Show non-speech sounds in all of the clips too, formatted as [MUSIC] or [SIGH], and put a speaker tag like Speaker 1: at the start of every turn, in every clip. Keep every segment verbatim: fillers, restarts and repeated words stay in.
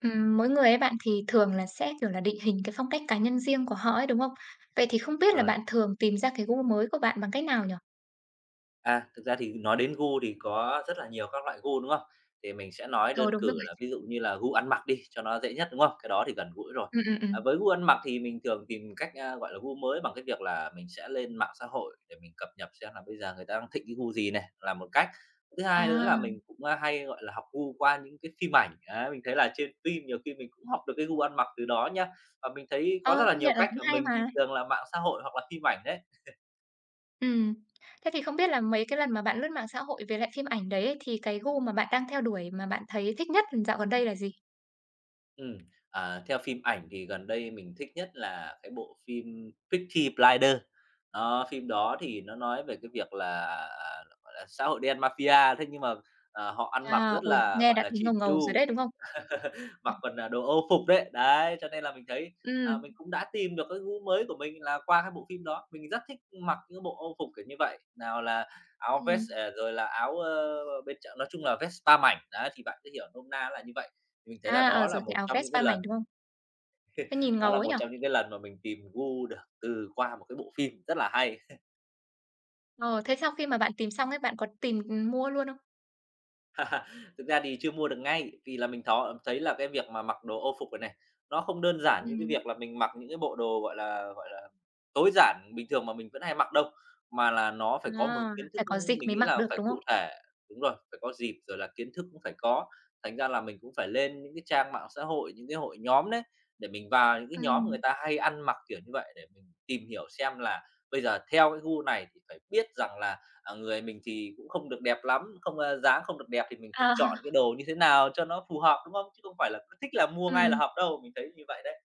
Speaker 1: Ừm, mỗi người ấy bạn thì thường là sẽ, kiểu là, định hình cái phong cách cá nhân riêng của họ ấy, đúng không? Vậy thì không biết là
Speaker 2: Rồi,
Speaker 1: bạn thường tìm ra cái gu mới của bạn bằng cách nào nhỉ?
Speaker 2: à, thực ra thì nói đến gu thì có rất là nhiều các loại gu, đúng không? Thì mình sẽ nói
Speaker 1: Ờ,
Speaker 2: đơn
Speaker 1: đúng rồi.
Speaker 2: cử là ví dụ như là gu ăn mặc đi, cho nó dễ nhất, đúng không? Cái đó thì gần gũi rồi.
Speaker 1: Ừm, ừm,
Speaker 2: À,
Speaker 1: ừm.
Speaker 2: với gu ăn mặc thì mình thường tìm cách, a, gọi là, gu mới bằng cái việc là mình sẽ lên mạng xã hội để mình cập nhật xem là bây giờ người ta đang thịnh cái gu gì này, là một cách. Thứ hai nữa là
Speaker 1: À,
Speaker 2: mình cũng, a, hay, gọi là, học gu qua những cái phim ảnh, á, mình thấy là trên phim nhiều khi mình cũng học được cái gu ăn mặc từ đó nhá. Và mình thấy có rất
Speaker 1: ơ,
Speaker 2: là
Speaker 1: công
Speaker 2: nhiều
Speaker 1: nhận là
Speaker 2: cách,
Speaker 1: cũng
Speaker 2: và
Speaker 1: hay
Speaker 2: mình thì
Speaker 1: mà.
Speaker 2: thường là mạng xã hội hoặc là phim ảnh đấy,
Speaker 1: Ừm. Thế thì không biết là mấy cái lần mà bạn lướt mạng xã hội về lại phim ảnh đấy ấy, thì cái gu mà bạn đang theo đuổi mà bạn thấy thích nhất dạo gần đây là gì?
Speaker 2: Ừm, à, Theo phim ảnh thì gần đây mình thích nhất là cái bộ phim Peaky Blinders. Đó, phim đó thì nó nói về cái việc là, à, gọi là, xã hội đen mafia, thế nhưng mà, ờ, họ ăn mặc
Speaker 1: À,
Speaker 2: rất
Speaker 1: ôi,
Speaker 2: là,
Speaker 1: nghe
Speaker 2: gọi
Speaker 1: đã
Speaker 2: là,
Speaker 1: thấy ngầu
Speaker 2: chỉn
Speaker 1: ngầu rồi
Speaker 2: chu,
Speaker 1: đấy, đúng không?
Speaker 2: mặc còn, à, đồ Âu phục đấy. Đấy, cho nên là mình thấy, à,
Speaker 1: Ừm,
Speaker 2: mình cũng đã tìm được cái gu mới của mình là qua cái bộ phim đó. Mình rất thích mặc những bộ Âu phục kiểu như vậy, nào là áo
Speaker 1: ừm.
Speaker 2: vest, à, rồi là áo, ơ, bên tr nói chung là vest ba mảnh, đấy, thì bạn cứ hiểu nôm na là như vậy. Mình thấy là
Speaker 1: À, ờ,
Speaker 2: đó là
Speaker 1: rồi cái
Speaker 2: một
Speaker 1: áo
Speaker 2: trong
Speaker 1: vest
Speaker 2: những cái
Speaker 1: ba
Speaker 2: lần
Speaker 1: mảnh, đúng không? Cái nhìn
Speaker 2: đó
Speaker 1: ngầu
Speaker 2: là
Speaker 1: ấy
Speaker 2: một
Speaker 1: nhở.
Speaker 2: trong những cái lần mà mình tìm gu được từ qua một cái bộ phim rất là hay.
Speaker 1: Ờ, thế sau khi mà bạn tìm xong ấy, bạn có tìm, mua luôn không?
Speaker 2: Thực ra thì chưa mua được ngay, vì là mình thó thấy là cái việc mà mặc đồ ô phục này này, nó không đơn giản như cái
Speaker 1: Ừm.
Speaker 2: việc là mình mặc những cái bộ đồ, gọi là, gọi là, tối giản bình thường mà mình vẫn hay mặc đâu, mà là nó phải có một cái
Speaker 1: À,
Speaker 2: kiến thức.
Speaker 1: phải có dịch
Speaker 2: Mình
Speaker 1: mới
Speaker 2: nghĩ
Speaker 1: mặc
Speaker 2: là
Speaker 1: được,
Speaker 2: phải
Speaker 1: đúng không?
Speaker 2: cụ thể, đúng rồi, phải có dịp rồi là kiến thức cũng phải có. Thành ra là mình cũng phải lên những cái trang mạng xã hội, những cái hội nhóm đấy, để mình vào những cái nhóm người
Speaker 1: Ừm.
Speaker 2: ta hay ăn mặc kiểu như vậy để mình tìm hiểu xem là bây giờ theo cái gu này thì phải biết rằng là À, người mình thì cũng không được đẹp lắm, không, a dáng không được đẹp thì mình phải
Speaker 1: À,
Speaker 2: chọn cái đồ như thế nào cho nó phù hợp, đúng không? Chứ không phải là cứ thích là mua ngay là
Speaker 1: ừm,
Speaker 2: hợp đâu, mình thấy như vậy đấy.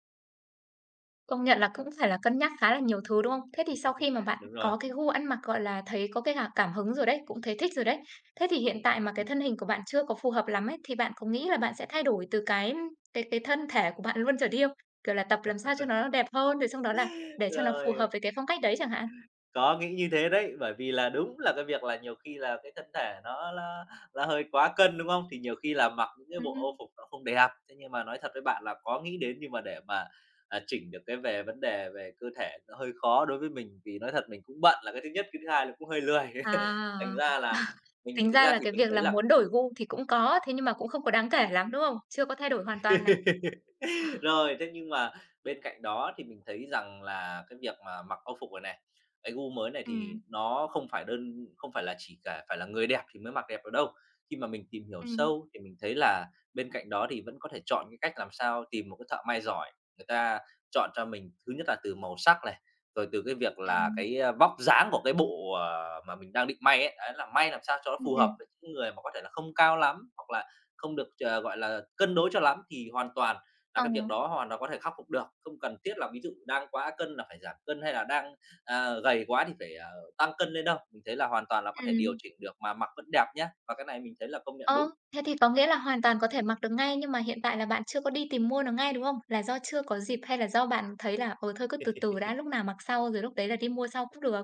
Speaker 1: công nhận là cũng phải là cân nhắc khá là nhiều thứ, đúng không? Thế thì sau khi mà bạn
Speaker 2: Đúng rồi.
Speaker 1: có cái gu ăn mặc, gọi là, thấy có cái cả cảm hứng rồi đấy, cũng thấy thích rồi đấy. Thế thì hiện tại mà cái thân hình của bạn chưa có phù hợp lắm ấy, thì bạn có nghĩ là bạn sẽ thay đổi từ cái cái cái thân thể của bạn luôn trở đi không? Kiểu là tập làm sao cho nó đẹp hơn, rồi xong đó là
Speaker 2: [LAUGHS]
Speaker 1: để cho nó phù hợp
Speaker 2: Rồi.
Speaker 1: với cái phong cách đấy chẳng hạn?
Speaker 2: Có, nghĩ như thế đấy, bởi vì là đúng là cái việc là nhiều khi là cái thân thể nó là nó hơi quá cân, đúng không? Thì nhiều khi là mặc những cái bộ
Speaker 1: Ừm.
Speaker 2: ô phục nó không đẹp. Thế nhưng mà nói thật với bạn là có nghĩ đến nhưng mà để mà, à, chỉnh được cái về vấn đề về cơ thể nó hơi khó đối với mình, vì nói thật mình cũng bận là cái thứ nhất, cái thứ hai là cũng hơi lười. [LAUGHS]
Speaker 1: À,
Speaker 2: Thành ra là mình
Speaker 1: tính
Speaker 2: thực
Speaker 1: ra
Speaker 2: ra
Speaker 1: là
Speaker 2: thì
Speaker 1: cái
Speaker 2: mình
Speaker 1: việc
Speaker 2: thấy
Speaker 1: là
Speaker 2: là
Speaker 1: muốn đổi gu thì cũng có, thế nhưng mà cũng không có đáng kể lắm, đúng không? Chưa có thay đổi hoàn toàn này.
Speaker 2: [LAUGHS]
Speaker 1: Ờ,
Speaker 2: Rồi, thế nhưng mà bên cạnh đó thì mình thấy rằng là cái việc mà mặc Âu phục này này, cái gu mới này thì
Speaker 1: ừm.
Speaker 2: nó không phải đơn không phải là chỉ cả phải là người đẹp thì mới mặc đẹp được đâu. Khi mà mình tìm hiểu
Speaker 1: Ừm,
Speaker 2: sâu thì mình thấy là bên cạnh đó thì vẫn có thể chọn cái cách làm sao tìm một cái thợ may giỏi, người ta chọn cho mình thứ nhất là từ màu sắc này, rồi từ cái việc là
Speaker 1: ừm,
Speaker 2: cái, a, vóc dáng của cái bộ, ờ, mà mình đang định may ấy, đấy, là may làm sao cho nó
Speaker 1: ừm,
Speaker 2: phù
Speaker 1: ừm,
Speaker 2: hợp với những người mà có thể là không cao lắm, hoặc là không được, ờ, gọi là, cân đối cho lắm thì hoàn toàn là
Speaker 1: ờ,
Speaker 2: cái việc đó hoàn toàn có thể khắc phục được, không cần thiết là ví dụ đang quá cân là phải giảm cân hay là đang, ờ, gầy quá thì phải, ờ, tăng cân lên đâu. Mình thấy là hoàn toàn là có thể điều
Speaker 1: ừm.
Speaker 2: chỉnh được mà mặc vẫn đẹp nhé và cái này mình thấy là công nhận
Speaker 1: Ơ,
Speaker 2: đúng.
Speaker 1: thế thì có nghĩa là hoàn toàn có thể mặc được ngay nhưng mà hiện tại là bạn chưa có đi tìm mua nó ngay, đúng không? Là do chưa có dịp hay là do bạn thấy là, ờ thôi cứ từ từ đã, lúc nào mặc sau rồi lúc đấy là đi mua sau cũng được?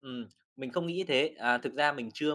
Speaker 2: Ừm, mình không nghĩ thế. À, thực ra mình chưa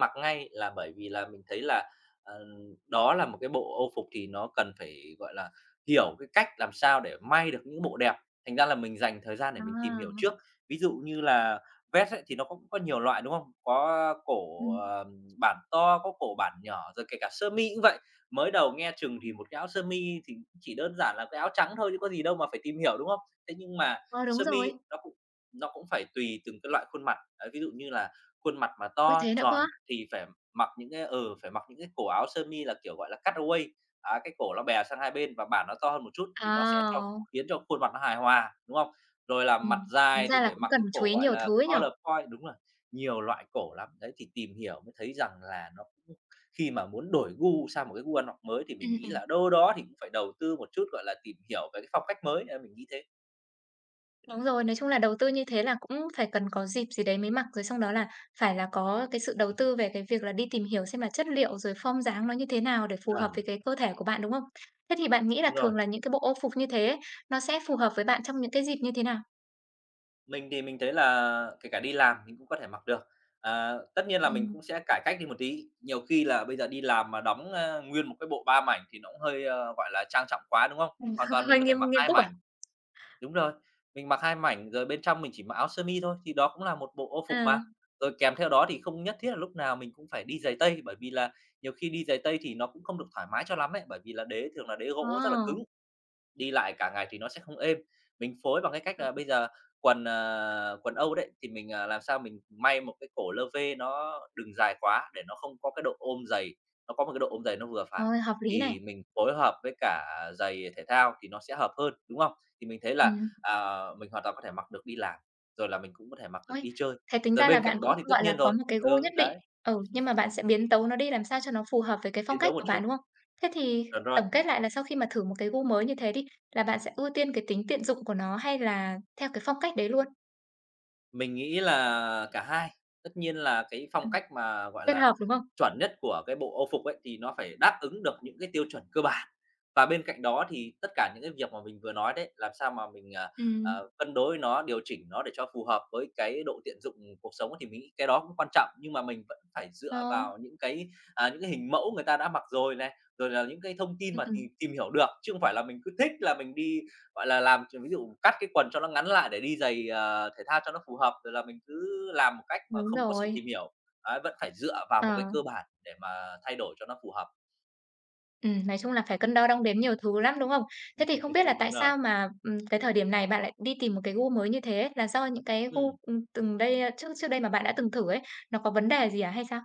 Speaker 2: mặc ngay là bởi vì là mình thấy là, ờ, đó là một cái bộ Âu phục thì nó cần phải, gọi là, hiểu cái cách làm sao để may được những bộ đẹp, thành ra là mình dành thời gian để mình tìm hiểu
Speaker 1: À,
Speaker 2: trước. Ví dụ như là vest ấy thì nó cũng có nhiều loại, đúng không? Có cổ,
Speaker 1: ừm,
Speaker 2: ờm, bản to, có cổ bản nhỏ, rồi kể cả sơ mi cũng vậy. Mới đầu nghe chừng
Speaker 1: ừm,
Speaker 2: thì một cái áo sơ mi thì chỉ đơn giản là cái áo trắng thôi chứ có gì đâu mà phải tìm hiểu, đúng không? Thế nhưng mà
Speaker 1: ờ, đúng
Speaker 2: sơ mi
Speaker 1: rồi.
Speaker 2: ấy, nó cũng nó cũng phải tùy từng cái loại khuôn mặt, đấy, ví dụ như là khuôn mặt mà
Speaker 1: Ôi,
Speaker 2: to,
Speaker 1: thế nữa cơ á?
Speaker 2: tròn thì phải mặc những cái ờ phải mặc những cái cổ áo sơ mi là, kiểu, gọi là, cutaway, á, cái cổ nó bè sang hai bên và bản nó to hơn một chút thì nó sẽ cho
Speaker 1: À,
Speaker 2: khiến cho khuôn mặt nó hài hòa, đúng không? Rồi là mặt
Speaker 1: ừm, tính
Speaker 2: dài
Speaker 1: ra
Speaker 2: thì
Speaker 1: là
Speaker 2: phải
Speaker 1: cũng
Speaker 2: mặc
Speaker 1: cần
Speaker 2: cái
Speaker 1: chú
Speaker 2: cổ,
Speaker 1: ý
Speaker 2: gọi
Speaker 1: nhiều
Speaker 2: là,
Speaker 1: thứ ấy nhỉ?
Speaker 2: collar point đúng rồi, nhiều loại cổ lắm. Đấy, thì tìm hiểu mới thấy rằng là nó cũng khi mà muốn đổi gu sang một cái gu ăn mặc mới thì mình
Speaker 1: Ừm,
Speaker 2: nghĩ
Speaker 1: ừm.
Speaker 2: là đâu đó thì cũng phải đầu tư một chút, gọi là, tìm hiểu về cái phong cách mới, à, mình nghĩ thế.
Speaker 1: Đúng rồi, nói chung là đầu tư như thế là cũng phải cần có dịp gì đấy mới mặc, rồi xong đó là phải là có cái sự đầu tư về cái việc là đi tìm hiểu xem là chất liệu rồi form dáng nó như thế nào để phù hợp
Speaker 2: Chuẩn.
Speaker 1: với cái cơ thể của bạn, đúng không? Thế thì bạn nghĩ là
Speaker 2: Đúng rồi.
Speaker 1: thường là những cái bộ ô phục như thế ấy, nó sẽ phù hợp với bạn trong những cái dịp như thế nào?
Speaker 2: Mình thì mình thấy là kể cả đi làm mình cũng có thể mặc được. Ờ, tất nhiên là mình
Speaker 1: Ừm.
Speaker 2: cũng sẽ cải cách đi một tí, nhiều khi là bây giờ đi làm mà đóng, a, nguyên một cái bộ ba mảnh thì nó cũng hơi, ơ, gọi là, trang trọng quá, đúng không?
Speaker 1: Ừm,
Speaker 2: Hoàn toàn
Speaker 1: [LAUGHS]
Speaker 2: mình
Speaker 1: Hơi
Speaker 2: có thể
Speaker 1: nghiêm
Speaker 2: mặc
Speaker 1: nghiêm
Speaker 2: hai
Speaker 1: túc à?
Speaker 2: mảnh, đúng rồi, mình mặc hai mảnh rồi bên trong mình chỉ mặc áo sơ mi thôi, thì đó cũng là một bộ ô phục
Speaker 1: À,
Speaker 2: mà. Rồi kèm theo đó thì không nhất thiết là lúc nào mình cũng phải đi giày tây, bởi vì là nhiều khi đi giày tây thì nó cũng không được thoải mái cho lắm ấy, bởi vì là đế thường là đế gỗ rất là cứng,
Speaker 1: ồ,
Speaker 2: đi lại cả ngày thì nó sẽ không êm. Mình phối bằng cái cách là bây giờ quần, ờ, quần âu đấy, thì mình, à, làm sao mình may một cái cổ lơ vê nó đừng dài quá để nó không có cái độ ôm giày, nó có một cái độ ôm giày nó vừa phải,
Speaker 1: ôi, hợp lý này.
Speaker 2: thì mình phối hợp với cả giày thể thao thì nó sẽ hợp hơn, đúng không? Thì mình thấy là,
Speaker 1: Ừm.
Speaker 2: à, mình hoàn toàn có thể mặc được đi làm, rồi là mình cũng có thể mặc được
Speaker 1: Ôi,
Speaker 2: đi chơi.
Speaker 1: thế tính
Speaker 2: Rồi
Speaker 1: ra là
Speaker 2: bên
Speaker 1: bạn
Speaker 2: cạnh
Speaker 1: cũng,
Speaker 2: đó thì tất
Speaker 1: gọi là,
Speaker 2: nhiên
Speaker 1: có
Speaker 2: rồi
Speaker 1: một cái gu
Speaker 2: ừ,
Speaker 1: nhất định,
Speaker 2: đấy,
Speaker 1: ừ, nhưng mà bạn sẽ biến tấu nó đi làm sao cho nó phù hợp với cái phong
Speaker 2: biến
Speaker 1: cách
Speaker 2: đấu một
Speaker 1: của
Speaker 2: chút.
Speaker 1: bạn, đúng không? Thế thì
Speaker 2: Chuẩn rồi.
Speaker 1: tổng kết lại là sau khi mà thử một cái gu mới như thế đi, là bạn sẽ ưu tiên cái tính tiện dụng của nó hay là theo cái phong cách đấy luôn?
Speaker 2: Mình nghĩ là cả hai, tất nhiên là cái phong
Speaker 1: Ừm,
Speaker 2: cách mà, gọi
Speaker 1: Kết
Speaker 2: là,
Speaker 1: hợp, đúng không?
Speaker 2: chuẩn nhất của cái bộ Âu phục ấy, thì nó phải đáp ứng được những cái tiêu chuẩn cơ bản. Và bên cạnh đó thì tất cả những cái việc mà mình vừa nói đấy, làm sao mà mình, à,
Speaker 1: Ừm,
Speaker 2: ờ, cân đối nó, điều chỉnh nó để cho phù hợp với cái độ tiện dụng cuộc sống thì mình nghĩ cái đó cũng quan trọng. Nhưng mà mình vẫn phải dựa
Speaker 1: ờ,
Speaker 2: vào những cái, à, những cái hình mẫu người ta đã mặc rồi này, rồi là những cái thông tin
Speaker 1: ừm,
Speaker 2: mà tìm
Speaker 1: ừm,
Speaker 2: tìm hiểu được, chứ không phải là mình cứ thích là mình đi, gọi là, làm ví dụ cắt cái quần cho nó ngắn lại để đi giày, ờ, thể thao cho nó phù hợp, rồi là mình cứ làm một cách mà
Speaker 1: đúng
Speaker 2: không có sự
Speaker 1: rồi,
Speaker 2: tìm hiểu. Đấy, vẫn phải dựa vào một cái
Speaker 1: ờ,
Speaker 2: cơ bản để mà thay đổi cho nó phù hợp.
Speaker 1: ừm, nói chung là phải cân đo đong đếm nhiều thứ lắm, đúng không? Thế thì không biết là
Speaker 2: [LAUGHS] Đúng
Speaker 1: tại
Speaker 2: rồi.
Speaker 1: sao mà, ừm, cái thời điểm này bạn lại đi tìm một cái gu mới như thế ấy, là do những cái gu,
Speaker 2: Ừm.
Speaker 1: ừm, từng đây, ơ, trước trước đây mà bạn đã từng thử ấy, nó có vấn đề gì à hay sao?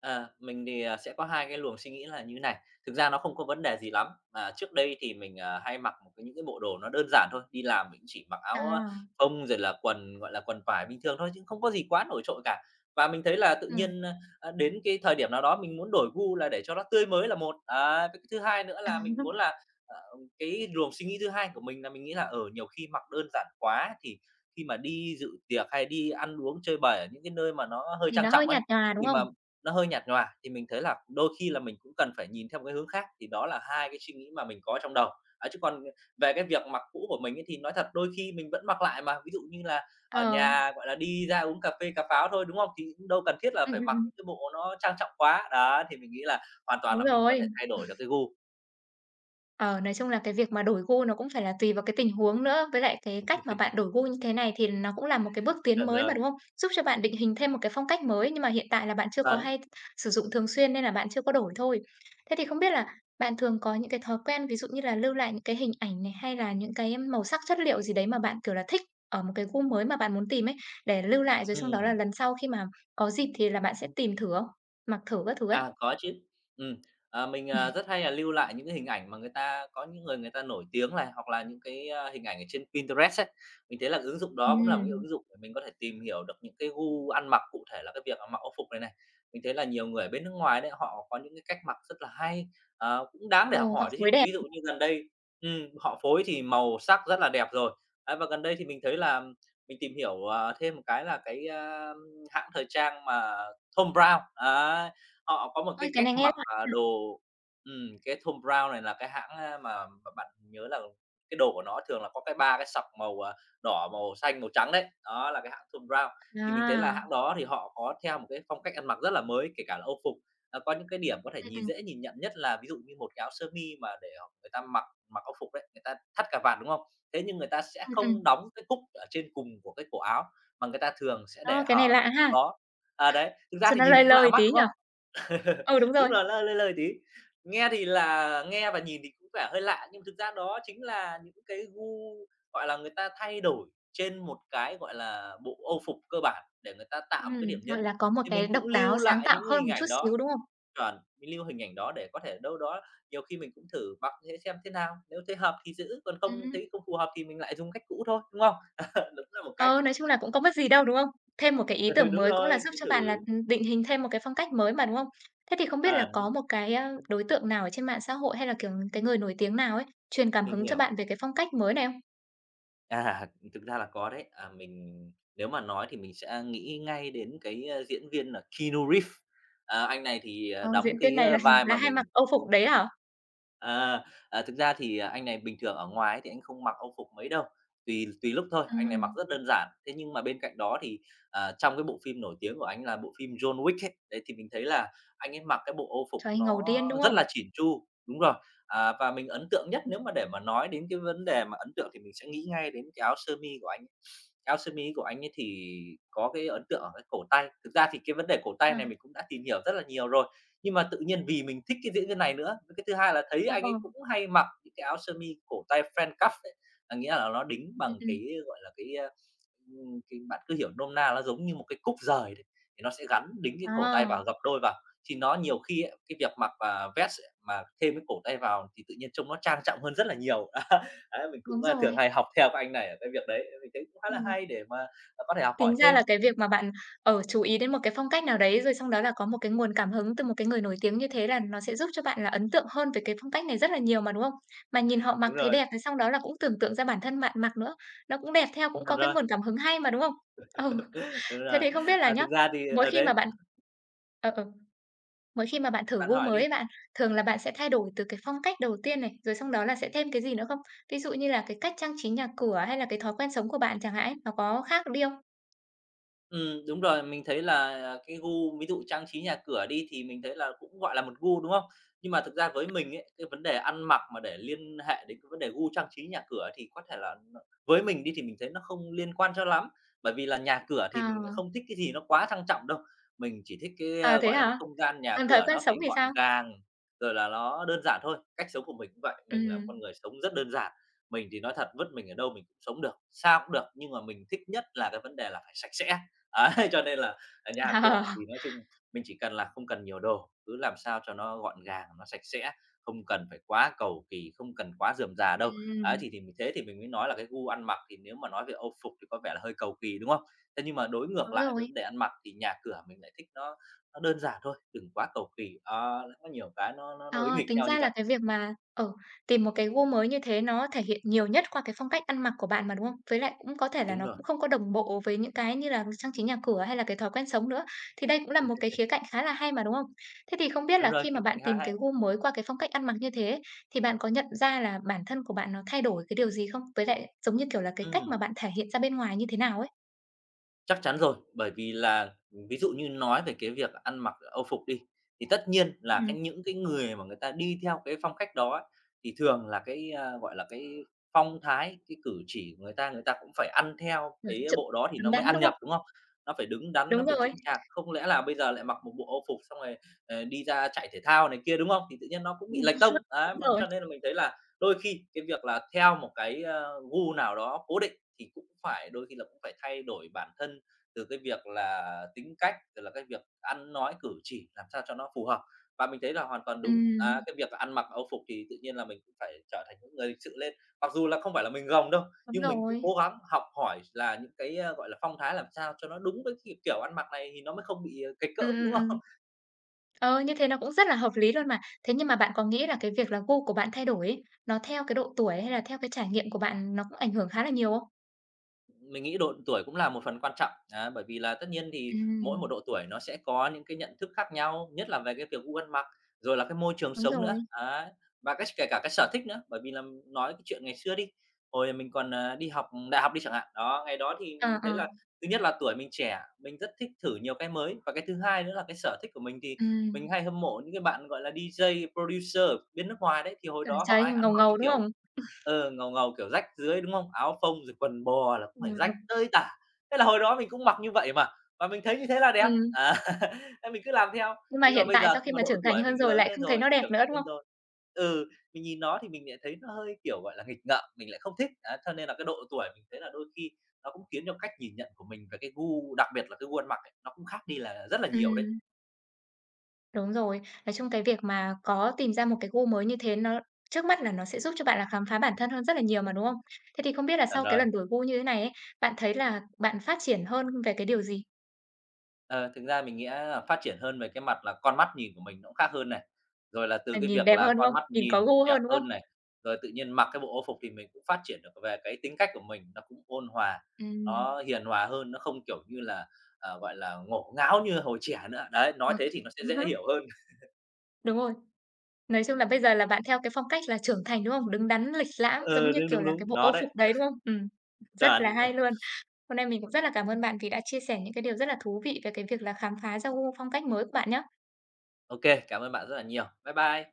Speaker 2: Ờ, mình thì, à, sẽ có hai cái luồng suy nghĩ là như này, thực ra nó không có vấn đề gì lắm, mà trước đây thì mình, à, hay mặc một cái những cái bộ đồ nó đơn giản thôi, đi làm mình chỉ mặc áo, a,
Speaker 1: À,
Speaker 2: phông rồi là quần, gọi là, quần vải bình thường thôi chứ không có gì quá nổi trội cả. Và mình thấy là tự
Speaker 1: ừm,
Speaker 2: nhiên, a, đến cái thời điểm nào đó mình muốn đổi gu là để cho nó tươi mới là một, đấy, cái thứ hai nữa
Speaker 1: à,
Speaker 2: là mình muốn
Speaker 1: [LAUGHS]
Speaker 2: là, ờ, cái luồng suy nghĩ thứ hai của mình là mình nghĩ là, ở nhiều khi mặc đơn giản quá thì khi mà đi dự tiệc hay đi ăn uống chơi bời ở những cái nơi mà nó hơi
Speaker 1: thì
Speaker 2: trang
Speaker 1: nó
Speaker 2: trọng
Speaker 1: hơi
Speaker 2: ấy,
Speaker 1: nhạt nhòa, đúng
Speaker 2: thì mà
Speaker 1: không?
Speaker 2: nó hơi nhạt nhòa thì mình thấy là đôi khi là mình cũng cần phải nhìn theo một cái hướng khác, thì đó là hai cái suy nghĩ mà mình có trong đầu. Ấy, chứ còn về cái việc mặc cũ của mình ấy thì nói thật đôi khi mình vẫn mặc lại mà, ví dụ như là ở
Speaker 1: Ờ,
Speaker 2: nhà, gọi là, đi ra uống cà phê, cà pháo thôi, đúng không? Thì cũng đâu cần thiết là
Speaker 1: ừm, ừm,
Speaker 2: phải mặc
Speaker 1: ừm,
Speaker 2: những cái bộ nó trang trọng quá. Đó, thì mình nghĩ là hoàn toàn
Speaker 1: đúng
Speaker 2: là mình có
Speaker 1: rồi.
Speaker 2: thể thay đổi được cái gu.
Speaker 1: Ờ, nói chung là cái việc mà đổi gu nó cũng phải là tùy vào cái tình huống nữa, với lại cái cách mà bạn đổi gu như thế này thì nó cũng là một cái bước tiến
Speaker 2: Chuẩn
Speaker 1: mới mà,
Speaker 2: rồi,
Speaker 1: đúng không? Giúp cho bạn định hình thêm một cái phong cách mới, nhưng mà hiện tại là bạn chưa có
Speaker 2: chuẩn.
Speaker 1: hay sử dụng thường xuyên nên là bạn chưa có đổi thôi. Thế thì không biết là bạn thường có những cái thói quen, ví dụ như là lưu lại những cái hình ảnh này, hay là những cái màu sắc, chất liệu gì đấy mà bạn, kiểu là, thích ở một cái gu mới mà bạn muốn tìm ấy, để lưu lại rồi sau đó là
Speaker 2: Ừm.
Speaker 1: lần sau khi mà có dịp thì là bạn sẽ tìm thử không? Mặc thử các thứ ấy?
Speaker 2: À, có chứ. Ừm, à, mình, à, rất hay là lưu lại những cái hình ảnh mà người ta có những người người ta nổi tiếng này, hoặc là những cái, a, hình ảnh ở trên Pinterest ấy. Mình thấy là ứng dụng đó cũng là một cái
Speaker 1: Ừm,
Speaker 2: ứng dụng để mình có thể tìm hiểu được những cái gu ăn mặc, cụ thể là cái việc, à, mặc âu phục này này. Mình thấy là nhiều người ở bên nước ngoài đấy, họ có những cái cách mặc rất là hay, ờ, cũng đáng để học
Speaker 1: ồ, họ
Speaker 2: hỏi đấy
Speaker 1: phối
Speaker 2: chứ.
Speaker 1: đẹp.
Speaker 2: Ví dụ như gần đây ừm, họ phối thì màu sắc rất là đẹp rồi. Ấy, và gần đây thì mình thấy là mình tìm hiểu, ờ, thêm một cái là cái, a, hãng thời trang mà Thom Browne, ấy. Họ có một cái
Speaker 1: Ôi, cái
Speaker 2: cách
Speaker 1: này nghe
Speaker 2: mặc,
Speaker 1: lạ.
Speaker 2: à, đồ ừm, cái Thom Browne này là cái hãng, a, mà mà bạn nhớ là cái đồ của nó thường là có cái ba cái sọc màu, à, đỏ, màu xanh, màu trắng đấy, đó là cái hãng Thom Browne. Thì mình thấy là
Speaker 1: À.
Speaker 2: hãng đó thì họ có theo một cái phong cách ăn mặc rất là mới, kể cả là âu phục. Ờ, có những cái điểm có thể
Speaker 1: Ừm,
Speaker 2: nhìn
Speaker 1: ừm,
Speaker 2: dễ nhìn nhận nhất là ví dụ như một cái áo sơ mi mà để họ- người ta mặc mặc âu phục đấy, người ta thắt cà vạt, đúng không? Thế nhưng người ta sẽ
Speaker 1: ừm,
Speaker 2: không
Speaker 1: ừm.
Speaker 2: đóng cái cúc ở trên cùng của cái cổ áo, mà người ta thường sẽ để
Speaker 1: Ơ, cái này
Speaker 2: hở
Speaker 1: lạ
Speaker 2: cái cúc
Speaker 1: ha,
Speaker 2: đó. À, đấy, thực ra
Speaker 1: cho
Speaker 2: thì
Speaker 1: nó
Speaker 2: nhìn
Speaker 1: lơi
Speaker 2: cũng lạ
Speaker 1: lơi tí
Speaker 2: mắt, đúng
Speaker 1: nhỉ?
Speaker 2: không? [LAUGHS]
Speaker 1: Ừ, đúng
Speaker 2: Đúng
Speaker 1: rồi.
Speaker 2: là nó lơi lơi tí. Nghe thì là nghe và nhìn thì cũng vẻ hơi lạ, nhưng mà thực ra đó chính là những cái gu, gọi là, người ta thay đổi trên một cái, gọi là, bộ âu phục cơ bản để người ta tạo một
Speaker 1: Ừm.
Speaker 2: cái điểm
Speaker 1: Gọi
Speaker 2: nhấn.
Speaker 1: là, có một
Speaker 2: Thì
Speaker 1: cái
Speaker 2: mình
Speaker 1: độc
Speaker 2: cũng
Speaker 1: đáo
Speaker 2: lưu
Speaker 1: sáng
Speaker 2: lại
Speaker 1: tạo
Speaker 2: những
Speaker 1: hơn
Speaker 2: hình
Speaker 1: một chút
Speaker 2: ảnh
Speaker 1: xíu,
Speaker 2: đó
Speaker 1: đúng không?
Speaker 2: chuẩn, mình lưu hình ảnh đó để có thể đâu đó nhiều khi mình cũng thử mặc thế xem thế nào, nếu thấy hợp thì giữ, còn không
Speaker 1: Ừm.
Speaker 2: thấy không phù hợp thì mình lại dùng cách cũ thôi, đúng không? [LAUGHS] Đúng là một cách.
Speaker 1: Ờ, nói chung là cũng có mất gì đâu, đúng không? Thêm một cái ý
Speaker 2: [LAUGHS] Ừ,
Speaker 1: tưởng
Speaker 2: đúng
Speaker 1: mới cũng là
Speaker 2: rồi,
Speaker 1: giúp
Speaker 2: cứ
Speaker 1: cho bạn là,
Speaker 2: thử.
Speaker 1: ừm, định hình thêm một cái phong cách mới mà, đúng không? Thế thì không biết là
Speaker 2: À,
Speaker 1: có một cái, a, đối tượng nào ở trên mạng xã hội hay là, kiểu, cái người nổi tiếng nào ấy, truyền cảm
Speaker 2: mình
Speaker 1: hứng cho
Speaker 2: hiểu.
Speaker 1: bạn về cái phong cách mới này không?
Speaker 2: À, Thực ra là có đấy. À, mình Nếu mà nói thì mình sẽ nghĩ ngay đến cái, a, diễn viên là Keanu Reeves. À, anh này thì,
Speaker 1: Ờ,
Speaker 2: à, đóng
Speaker 1: diễn viên
Speaker 2: cái,
Speaker 1: này
Speaker 2: a,
Speaker 1: là
Speaker 2: vai
Speaker 1: là
Speaker 2: mà
Speaker 1: hay mặc
Speaker 2: mình.
Speaker 1: [LAUGHS] Âu phục đấy hả?
Speaker 2: Ờ, à, Thực ra thì, à, anh này bình thường ở ngoài ấy thì anh không mặc âu phục mấy đâu, tùy tùy lúc thôi, anh này mặc
Speaker 1: Ừm.
Speaker 2: rất đơn giản. Thế nhưng mà bên cạnh đó thì, à, trong cái bộ phim nổi tiếng của anh là bộ phim John Wick ấy, đấy, thì mình thấy là anh ấy mặc cái bộ âu phục
Speaker 1: Trời ơi, ngầu
Speaker 2: nó
Speaker 1: điên, đúng
Speaker 2: rất
Speaker 1: không?
Speaker 2: là chỉn chu đúng rồi. À, và mình ấn tượng nhất nếu mà để mà nói đến cái vấn đề mà ấn tượng thì mình sẽ nghĩ ngay đến cái áo sơ mi của anh ấy. Áo sơ mi của anh ấy thì có cái ấn tượng ở cái cổ tay, thực ra thì cái vấn đề cổ tay này
Speaker 1: À.
Speaker 2: mình cũng đã tìm hiểu rất là nhiều rồi. Nhưng mà tự nhiên vì mình thích cái diễn viên này nữa, với cái thứ hai là thấy
Speaker 1: Ờ,
Speaker 2: anh
Speaker 1: ờ.
Speaker 2: ấy cũng hay mặc những cái áo sơ mi cổ tay fan cuff ấy, à, nghĩa là nó đính
Speaker 1: Ừm,
Speaker 2: bằng
Speaker 1: ừm.
Speaker 2: cái, gọi là, cái, ờ, ừm, cái bạn cứ hiểu nôm na nó giống như một cái cúc dời đấy, thì nó sẽ gắn đính cái cổ tay
Speaker 1: À,
Speaker 2: vào, gập đôi vào. Thì nó nhiều khi ấy, cái việc mặc, và vest ấy, mà thêm cái cổ tay vào thì tự nhiên trông nó trang trọng hơn rất là nhiều. [LAUGHS] Đấy, mình
Speaker 1: đúng
Speaker 2: cũng, a, thường
Speaker 1: rồi.
Speaker 2: hay học theo các anh này ở cái việc đấy, mình thấy cũng khá là
Speaker 1: Ừm,
Speaker 2: hay để mà, à, có thể học hỏi
Speaker 1: Tính ra
Speaker 2: thêm.
Speaker 1: là cái việc mà bạn, ở chú ý đến một cái phong cách nào đấy, rồi xong đó là có một cái nguồn cảm hứng từ một cái người nổi tiếng như thế là nó sẽ giúp cho bạn là ấn tượng hơn về cái phong cách này rất là nhiều mà, đúng không? Mà nhìn họ mặc
Speaker 2: Đúng
Speaker 1: thấy
Speaker 2: rồi,
Speaker 1: đẹp, thế xong đó là cũng tưởng tượng ra bản thân bạn mặc nữa, nó cũng đẹp theo, cũng
Speaker 2: chuẩn
Speaker 1: có cái
Speaker 2: rồi,
Speaker 1: nguồn cảm hứng hay mà, đúng không? Ừ,
Speaker 2: [LAUGHS] đúng
Speaker 1: thế
Speaker 2: rồi.
Speaker 1: thì không biết là
Speaker 2: À,
Speaker 1: nhá,
Speaker 2: thực ra thì
Speaker 1: mỗi
Speaker 2: ở
Speaker 1: khi mà
Speaker 2: đấy,
Speaker 1: bạn ờ, ờ, mỗi khi mà bạn thử
Speaker 2: bạn
Speaker 1: gu
Speaker 2: hỏi
Speaker 1: mới
Speaker 2: đi.
Speaker 1: ấy bạn, thường là bạn sẽ thay đổi từ cái phong cách đầu tiên này, rồi xong đó là sẽ thêm cái gì nữa không? Ví dụ như là cái cách trang trí nhà cửa hay là cái thói quen sống của bạn chẳng hạn ấy, nó có khác đi không?
Speaker 2: Ừm, đúng rồi, mình thấy là, à, cái gu ví dụ trang trí nhà cửa đi thì mình thấy là cũng, gọi là, một gu, đúng không? Nhưng mà thực ra với mình ấy, cái vấn đề ăn mặc mà để liên hệ đến cái vấn đề gu trang trí nhà cửa thì có thể là n với mình đi thì mình thấy nó không liên quan cho lắm, bởi vì là nhà cửa thì mình lại
Speaker 1: À,
Speaker 2: không thích cái gì nó quá sang trọng đâu. Mình chỉ thích cái,
Speaker 1: à,
Speaker 2: a,
Speaker 1: thế
Speaker 2: gọi là, cái
Speaker 1: hả?
Speaker 2: không gian nhà
Speaker 1: Còn thói
Speaker 2: cửa
Speaker 1: quen
Speaker 2: nó
Speaker 1: sống
Speaker 2: phải
Speaker 1: thì
Speaker 2: gọn
Speaker 1: sao?
Speaker 2: gàng, rồi là nó đơn giản thôi. Cách sống của mình cũng vậy, mình là một
Speaker 1: Ừm,
Speaker 2: con người sống rất đơn giản. Mình thì nói thật vứt mình ở đâu mình cũng sống được, sao cũng được, nhưng mà mình thích nhất là cái vấn đề là phải sạch sẽ. Ấy, [LAUGHS] cho nên là, à, nhà
Speaker 1: [LAUGHS] ờ,
Speaker 2: cửa thì nói chung mình chỉ cần là không cần nhiều đồ, cứ làm sao cho nó gọn gàng, nó sạch sẽ, không cần phải quá cầu kỳ, không cần quá rườm rà đâu.
Speaker 1: ừm,
Speaker 2: Ấy, thì thì mình thế thì mình mới nói là cái gu ăn mặc thì nếu mà nói về Âu phục thì có vẻ là hơi cầu kỳ, đúng không? Thế nhưng mà đối ngược
Speaker 1: đúng
Speaker 2: lại với
Speaker 1: rồi.
Speaker 2: vấn đề ăn mặc thì nhà cửa mình lại thích nó nó đơn giản thôi, đừng quá cầu kỳ. Đó, nó có nhiều cái nó nó nó đối
Speaker 1: Ờ,
Speaker 2: nghịch
Speaker 1: tính
Speaker 2: nhau như
Speaker 1: ra là
Speaker 2: vậy.
Speaker 1: cái việc mà, ờ, tìm một cái gu mới như thế nó thể hiện nhiều nhất qua cái phong cách ăn mặc của bạn mà, đúng không? Với lại cũng có thể là
Speaker 2: Đúng
Speaker 1: nó
Speaker 2: rồi,
Speaker 1: cũng không có đồng bộ với những cái như là trang trí nhà cửa hay là cái thói quen sống nữa, thì đây cũng là một cái khía cạnh khá là hay mà, đúng không? Thế thì không biết
Speaker 2: đúng
Speaker 1: là
Speaker 2: rồi,
Speaker 1: khi mà
Speaker 2: khía cạnh
Speaker 1: bạn
Speaker 2: khá
Speaker 1: tìm cái
Speaker 2: hay.
Speaker 1: gu mới qua cái phong cách ăn mặc như thế ấy, thì bạn có nhận ra là bản thân của bạn nó thay đổi cái điều gì không? Với lại, giống như kiểu là, cái cách
Speaker 2: Ừm.
Speaker 1: mà bạn thể hiện ra bên ngoài như thế nào ấy?
Speaker 2: Chắc chắn rồi, bởi vì là ví dụ như nói về cái việc ăn mặc Âu phục đi, thì tất nhiên là cái những cái người mà người ta đi theo cái phong cách đó ấy, thì thường là cái, a, gọi là, cái phong thái, cái cử chỉ của người ta, người ta cũng phải ăn theo
Speaker 1: Rồi,
Speaker 2: cái
Speaker 1: chững
Speaker 2: bộ đó thì
Speaker 1: đứng
Speaker 2: nó
Speaker 1: đắn,
Speaker 2: mới ăn
Speaker 1: đúng không?
Speaker 2: nhập, đúng không? Nó phải đứng đắn,
Speaker 1: Đúng
Speaker 2: nó phải
Speaker 1: rồi.
Speaker 2: chững chạc, không lẽ là bây giờ lại mặc một bộ Âu phục xong rồi, ờ, đi ra chạy thể thao này kia, đúng không? Thì tự nhiên nó cũng bị
Speaker 1: Ừm.
Speaker 2: lệch tông, đấy,
Speaker 1: Đúng
Speaker 2: mà
Speaker 1: rồi,
Speaker 2: cho nên là mình thấy là đôi khi cái việc là theo một cái, a, gu nào đó cố định thì cũng phải đôi khi là cũng phải thay đổi bản thân từ cái việc là tính cách, rồi là cái việc ăn nói cử chỉ làm sao cho nó phù hợp. Và mình thấy là hoàn toàn đúng,
Speaker 1: ừm,
Speaker 2: à, cái việc ăn mặc âu phục thì tự nhiên là mình cũng phải trở thành những người lịch sự lên. Mặc dù là không phải là mình gồng đâu,
Speaker 1: đúng
Speaker 2: nhưng mình cũng cố
Speaker 1: rồi,
Speaker 2: gắng học hỏi là những cái, a, gọi là, phong thái làm sao cho nó đúng với cái kiểu ăn mặc này thì nó mới không bị, ờ, cạch
Speaker 1: ừm,
Speaker 2: cỡm,
Speaker 1: ừm,
Speaker 2: đúng không?
Speaker 1: ừm. Ờ, như thế nó cũng rất là hợp lý luôn mà. Thế nhưng mà bạn có nghĩ là cái việc là gu của bạn thay đổi ấy, nó theo cái độ tuổi hay là theo cái trải nghiệm của bạn nó cũng ảnh hưởng khá là nhiều không?
Speaker 2: Mình nghĩ độ tuổi cũng là một phần quan trọng, á, bởi vì là tất nhiên thì mỗi
Speaker 1: Ừm,
Speaker 2: một độ tuổi nó sẽ có những cái nhận thức khác nhau, nhất là về cái việc gu ăn mặc, rồi là cái môi trường
Speaker 1: đúng
Speaker 2: sống nữa,
Speaker 1: rồi,
Speaker 2: ấy, và cái kể cả cái sở thích nữa. Bởi vì là nói cái chuyện ngày xưa đi, hồi mình còn, à, đi học đại học đi chẳng hạn, đó, ngày đó thì
Speaker 1: ờ,
Speaker 2: mình
Speaker 1: ờ,
Speaker 2: thấy là thứ nhất là tuổi mình trẻ, mình rất thích thử nhiều cái mới, và cái thứ hai nữa là cái sở thích của mình thì
Speaker 1: ừm,
Speaker 2: mình hay hâm mộ những cái bạn, gọi là, đê gi, producer bên nước ngoài đấy, thì hồi
Speaker 1: cảm
Speaker 2: đó họ
Speaker 1: thấy
Speaker 2: hay
Speaker 1: ngầu
Speaker 2: ăn mặc
Speaker 1: ngầu,
Speaker 2: cái
Speaker 1: đúng
Speaker 2: kiểu,
Speaker 1: không?
Speaker 2: ờ, ngầu ngầu, kiểu, rách rưới, đúng không? Áo phông rồi quần bò là cũng phải rách
Speaker 1: Ừm,
Speaker 2: tơi tả. Thế là hồi đó mình cũng mặc như vậy mà, và mình thấy như thế là đẹp,
Speaker 1: ừm,
Speaker 2: à, [LAUGHS] thế mình cứ làm theo.
Speaker 1: nhưng mà
Speaker 2: Nhưng mà
Speaker 1: hiện
Speaker 2: bây
Speaker 1: tại
Speaker 2: giờ
Speaker 1: sau
Speaker 2: khi
Speaker 1: khi
Speaker 2: mà
Speaker 1: mà
Speaker 2: độ
Speaker 1: trưởng thành
Speaker 2: tuổi
Speaker 1: hơn
Speaker 2: mình
Speaker 1: rồi
Speaker 2: lớn
Speaker 1: lại
Speaker 2: lên
Speaker 1: không thấy
Speaker 2: rồi,
Speaker 1: nó đẹp
Speaker 2: trưởng
Speaker 1: nữa,
Speaker 2: thành
Speaker 1: đúng
Speaker 2: hơn
Speaker 1: không?
Speaker 2: rồi. Ừ, mình nhìn nó thì mình lại thấy nó hơi, kiểu, gọi là, nghịch ngợm, mình lại không thích. Á, cho nên là cái độ tuổi mình thấy là đôi khi nó cũng khiến cho cách nhìn nhận của mình về cái gu, đặc biệt là cái gu ăn mặc ấy, nó cũng khác đi là rất là nhiều đấy.
Speaker 1: Ừm. Đúng rồi. Nói chung cái việc mà có tìm ra một cái gu mới như thế nó trước mắt là nó sẽ giúp cho bạn là khám phá bản thân hơn rất là nhiều mà, đúng không? Thế thì không biết là
Speaker 2: Chuẩn
Speaker 1: sau cái
Speaker 2: rồi.
Speaker 1: lần đổi gu như thế này ấy, bạn thấy là bạn phát triển hơn về cái điều gì?
Speaker 2: Ờ, Thực ra mình nghĩ là phát triển hơn về cái mặt là con mắt nhìn của mình nó cũng khác hơn này, rồi là
Speaker 1: Là
Speaker 2: từ cái
Speaker 1: nhìn
Speaker 2: việc
Speaker 1: đẹp
Speaker 2: là
Speaker 1: hơn, đúng
Speaker 2: con
Speaker 1: không?
Speaker 2: mắt
Speaker 1: Nhìn có
Speaker 2: nhìn
Speaker 1: gu
Speaker 2: đẹp
Speaker 1: hơn, đúng không?
Speaker 2: hơn này, rồi tự nhiên mặc cái bộ ô phục thì mình cũng phát triển được về cái tính cách của mình, nó cũng ôn hòa,
Speaker 1: Ừm.
Speaker 2: nó hiền hòa hơn, nó không, kiểu như là, ờ, gọi là, ngổ ngáo như hồi trẻ nữa. Đấy,
Speaker 1: Ờ.
Speaker 2: nói thế thì nó sẽ
Speaker 1: Ừm
Speaker 2: dễ
Speaker 1: hứm.
Speaker 2: hiểu hơn. [LAUGHS]
Speaker 1: Đúng rồi. Nói chung là bây giờ là bạn theo cái phong cách là trưởng thành, đúng không? Đứng đắn, lịch lãm, giống
Speaker 2: Ừ,
Speaker 1: như
Speaker 2: đúng,
Speaker 1: kiểu
Speaker 2: đúng,
Speaker 1: là cái
Speaker 2: đúng,
Speaker 1: bộ
Speaker 2: nó
Speaker 1: Âu
Speaker 2: đấy,
Speaker 1: phục đấy, đúng không? Ừm. Rất là
Speaker 2: chuẩn.
Speaker 1: hay
Speaker 2: [LAUGHS]
Speaker 1: luôn. Hôm nay mình cũng rất là cảm ơn bạn vì đã chia sẻ những cái điều rất là thú vị về cái việc là khám phá ra gu phong cách mới của bạn nha.
Speaker 2: Ok, cảm ơn bạn rất là nhiều. Bye bye.